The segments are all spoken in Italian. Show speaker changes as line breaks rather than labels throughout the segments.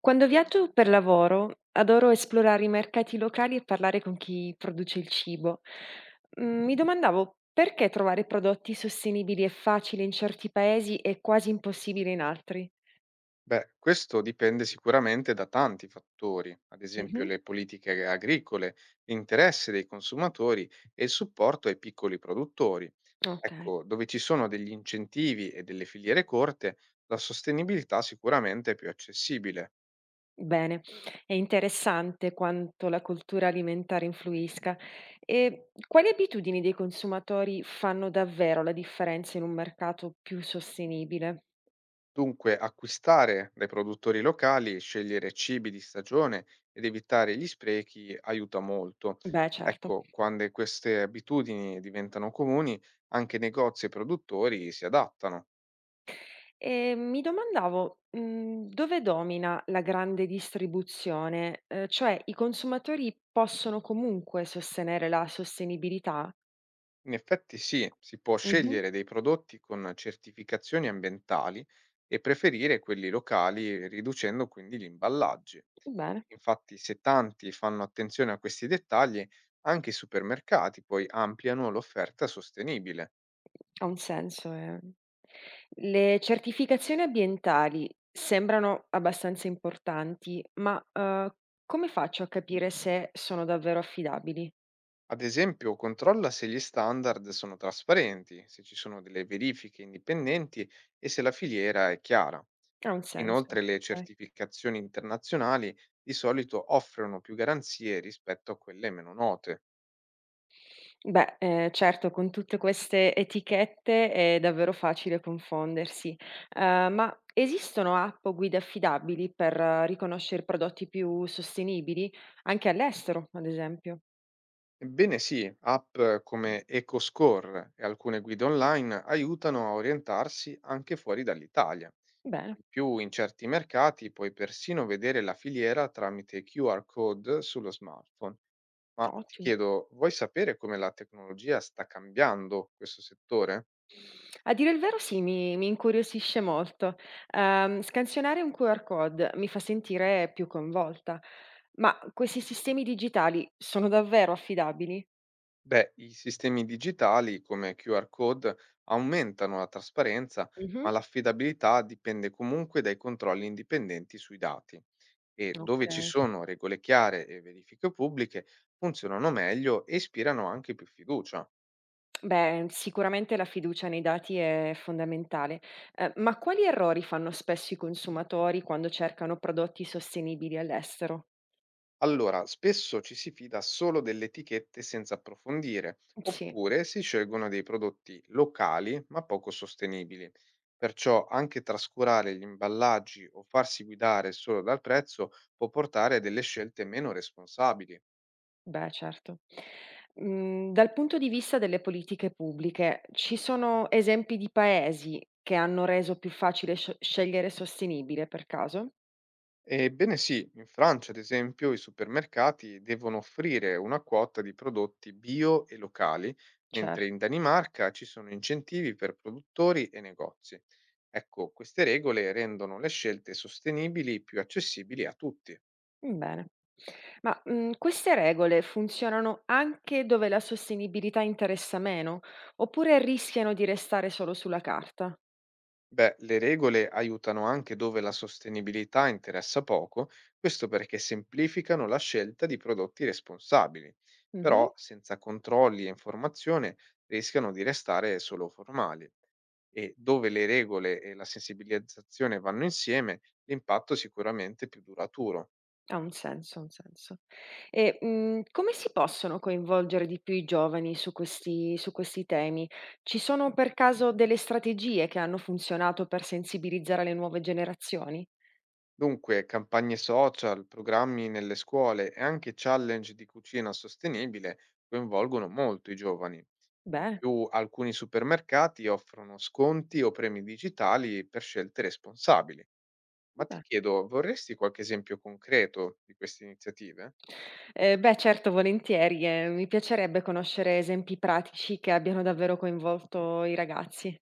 Quando viaggio per lavoro adoro esplorare i mercati locali e parlare con chi produce il cibo. Mi domandavo perché trovare prodotti sostenibili è facile in certi paesi e quasi impossibile in altri.
Beh, questo dipende sicuramente da tanti fattori, ad esempio
Mhm.
le politiche agricole, l'interesse dei consumatori e il supporto ai piccoli produttori.
Ok,
Ecco, dove ci sono degli incentivi e delle filiere corte, la sostenibilità sicuramente è più accessibile.
bene, è interessante quanto la cultura alimentare influisca. E quali abitudini dei consumatori fanno davvero la differenza in un mercato più sostenibile?
Dunque, acquistare dai produttori locali, scegliere cibi di stagione ed evitare gli sprechi aiuta molto.
Beh, certo.
Ecco, quando queste abitudini diventano comuni, anche negozi e produttori si adattano.
E mi domandavo, dove domina la grande distribuzione? Cioè, i consumatori possono comunque sostenere la sostenibilità?
In effetti sì, si può
Mh-mh,
scegliere dei prodotti con certificazioni ambientali e preferire quelli locali, riducendo quindi gli imballaggi.
bene,
Infatti, se tanti fanno attenzione a questi dettagli, anche i supermercati poi ampliano l'offerta sostenibile.
ha un senso. Le certificazioni ambientali sembrano abbastanza importanti, ma come faccio a capire se sono davvero affidabili?
Ad esempio, controlla se gli standard sono trasparenti, se ci sono delle verifiche indipendenti e se la filiera è chiara.
Ha un senso,
Inoltre, le
okay.
certificazioni internazionali di solito offrono più garanzie rispetto a quelle meno note.
Beh, certo, con tutte queste etichette è davvero facile confondersi. Ma esistono app o guide affidabili per riconoscere prodotti più sostenibili? Anche all'estero, ad esempio?
Ebbene sì, app come EcoScore e alcune guide online aiutano a orientarsi anche fuori dall'Italia.
Bene,
In più, in certi mercati puoi persino vedere la filiera tramite QR code sullo smartphone. Ma ti
ottimo.
chiedo, vuoi sapere come la tecnologia sta cambiando questo settore?
A dire il vero sì, mi incuriosisce molto. Scansionare un QR code mi fa sentire più coinvolta. Ma questi sistemi digitali sono davvero affidabili?
Beh, i sistemi digitali come QR code aumentano la trasparenza, ma
Mh-mh.
l'affidabilità dipende comunque dai controlli indipendenti sui dati e dove ci
Okay.
sono regole chiare e verifiche pubbliche funzionano meglio e ispirano anche più fiducia.
Beh, sicuramente la fiducia nei dati è fondamentale. Ma quali errori fanno spesso i consumatori quando cercano prodotti sostenibili all'estero?
Allora, spesso ci si fida solo delle etichette senza approfondire,
Sì,
oppure si scelgono dei prodotti locali ma poco sostenibili. Perciò anche trascurare gli imballaggi o farsi guidare solo dal prezzo può portare a delle scelte meno responsabili.
beh, certo. Mm, dal punto di vista delle politiche pubbliche, ci sono esempi di paesi che hanno reso più facile scegliere sostenibile per caso?
Ebbene sì, in Francia, ad esempio, i supermercati devono offrire una quota di prodotti bio e locali, mentre
Certo.
in Danimarca ci sono incentivi per produttori e negozi. Ecco, queste regole rendono le scelte sostenibili più accessibili a tutti.
Bene. Ma queste regole funzionano anche dove la sostenibilità interessa meno, oppure rischiano di restare solo sulla carta?
Beh, le regole aiutano anche dove la sostenibilità interessa poco, questo perché semplificano la scelta di prodotti responsabili,
Mh-mh.
però senza controlli e informazione rischiano di restare solo formali. E dove le regole e la sensibilizzazione vanno insieme, l'impatto è sicuramente più duraturo.
Ha un senso, ha un senso. E come si possono coinvolgere di più i giovani su questi temi? Ci sono per caso delle strategie che hanno funzionato per sensibilizzare le nuove generazioni?
Dunque, campagne social, programmi nelle scuole e anche challenge di cucina sostenibile coinvolgono molto i giovani. In
Bene,
più, alcuni supermercati offrono sconti o premi digitali per scelte responsabili. Ma ti
bene.
chiedo, vorresti qualche esempio concreto di queste iniziative?
Beh, certo, volentieri, mi piacerebbe conoscere esempi pratici che abbiano davvero coinvolto i ragazzi.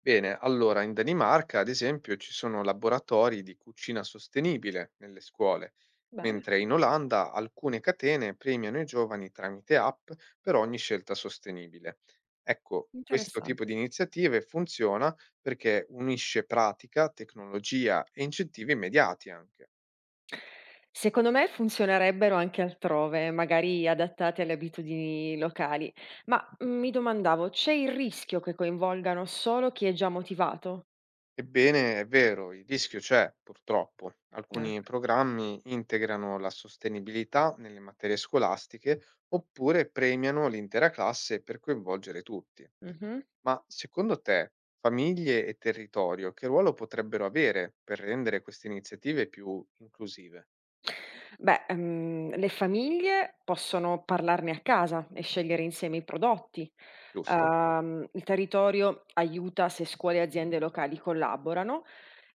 Bene, allora in Danimarca, ad esempio, ci sono laboratori di cucina sostenibile nelle scuole,
Bene,
mentre in Olanda alcune catene premiano i giovani tramite app per ogni scelta sostenibile. Ecco, questo tipo
interessante.
di iniziative funziona perché unisce pratica, tecnologia e incentivi immediati anche.
Secondo me funzionerebbero anche altrove, magari adattate alle abitudini locali, ma mi domandavo, c'è il rischio che coinvolgano solo chi è già motivato?
Ebbene, è vero, il rischio c'è, purtroppo. Alcuni
Ecco.
programmi integrano la sostenibilità nelle materie scolastiche oppure premiano l'intera classe per coinvolgere tutti.
Mh-mh.
Ma secondo te, famiglie e territorio, che ruolo potrebbero avere per rendere queste iniziative più inclusive,
Beh, le famiglie possono parlarne a casa e scegliere insieme i prodotti.
giusto?
Il territorio aiuta se scuole e aziende locali collaborano.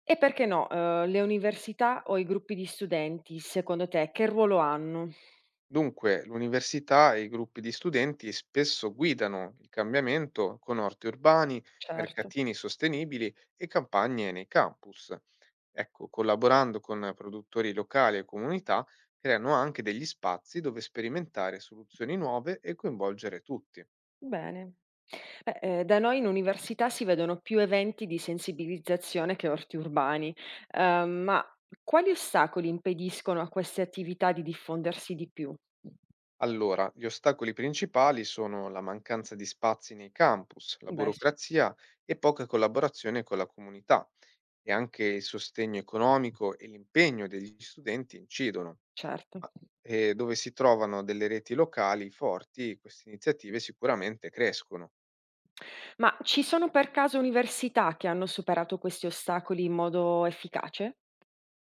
E perché no, le università o i gruppi di studenti, secondo te, che ruolo hanno?
Dunque, l'università e i gruppi di studenti spesso guidano il cambiamento con orti urbani,
Certo,
mercatini sostenibili e campagne nei campus. Ecco, collaborando con produttori locali e comunità, creano anche degli spazi dove sperimentare soluzioni nuove e coinvolgere tutti.
bene. Beh, da noi in università si vedono più eventi di sensibilizzazione che orti urbani. Ma quali ostacoli impediscono a queste attività di diffondersi di più?
Allora, gli ostacoli principali sono la mancanza di spazi nei campus, la
Beh sì,
burocrazia e poca collaborazione con la comunità, e anche il sostegno economico e l'impegno degli studenti incidono.
certo.
Ma- E dove si trovano delle reti locali forti, queste iniziative sicuramente crescono.
Ma ci sono per caso università che hanno superato questi ostacoli in modo efficace?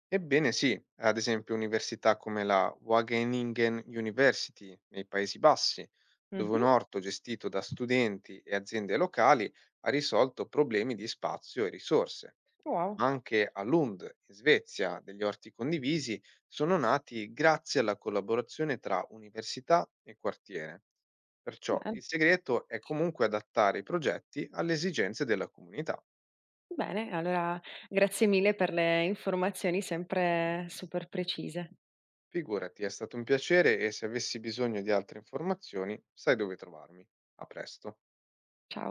Ebbene sì, ad esempio università come la Wageningen University nei Paesi Bassi, dove un
Mh-mh.
orto gestito da studenti e aziende locali ha risolto problemi di spazio e risorse.
Wow,
Ma anche a Lund, in Svezia, degli orti condivisi sono nati grazie alla collaborazione tra università e quartiere. Perciò il
bene,
segreto è comunque adattare i progetti alle esigenze della comunità.
bene. Allora grazie mille per le informazioni sempre super precise.
Figurati, è stato un piacere e se avessi bisogno di altre informazioni, sai dove trovarmi. A presto.
Ciao.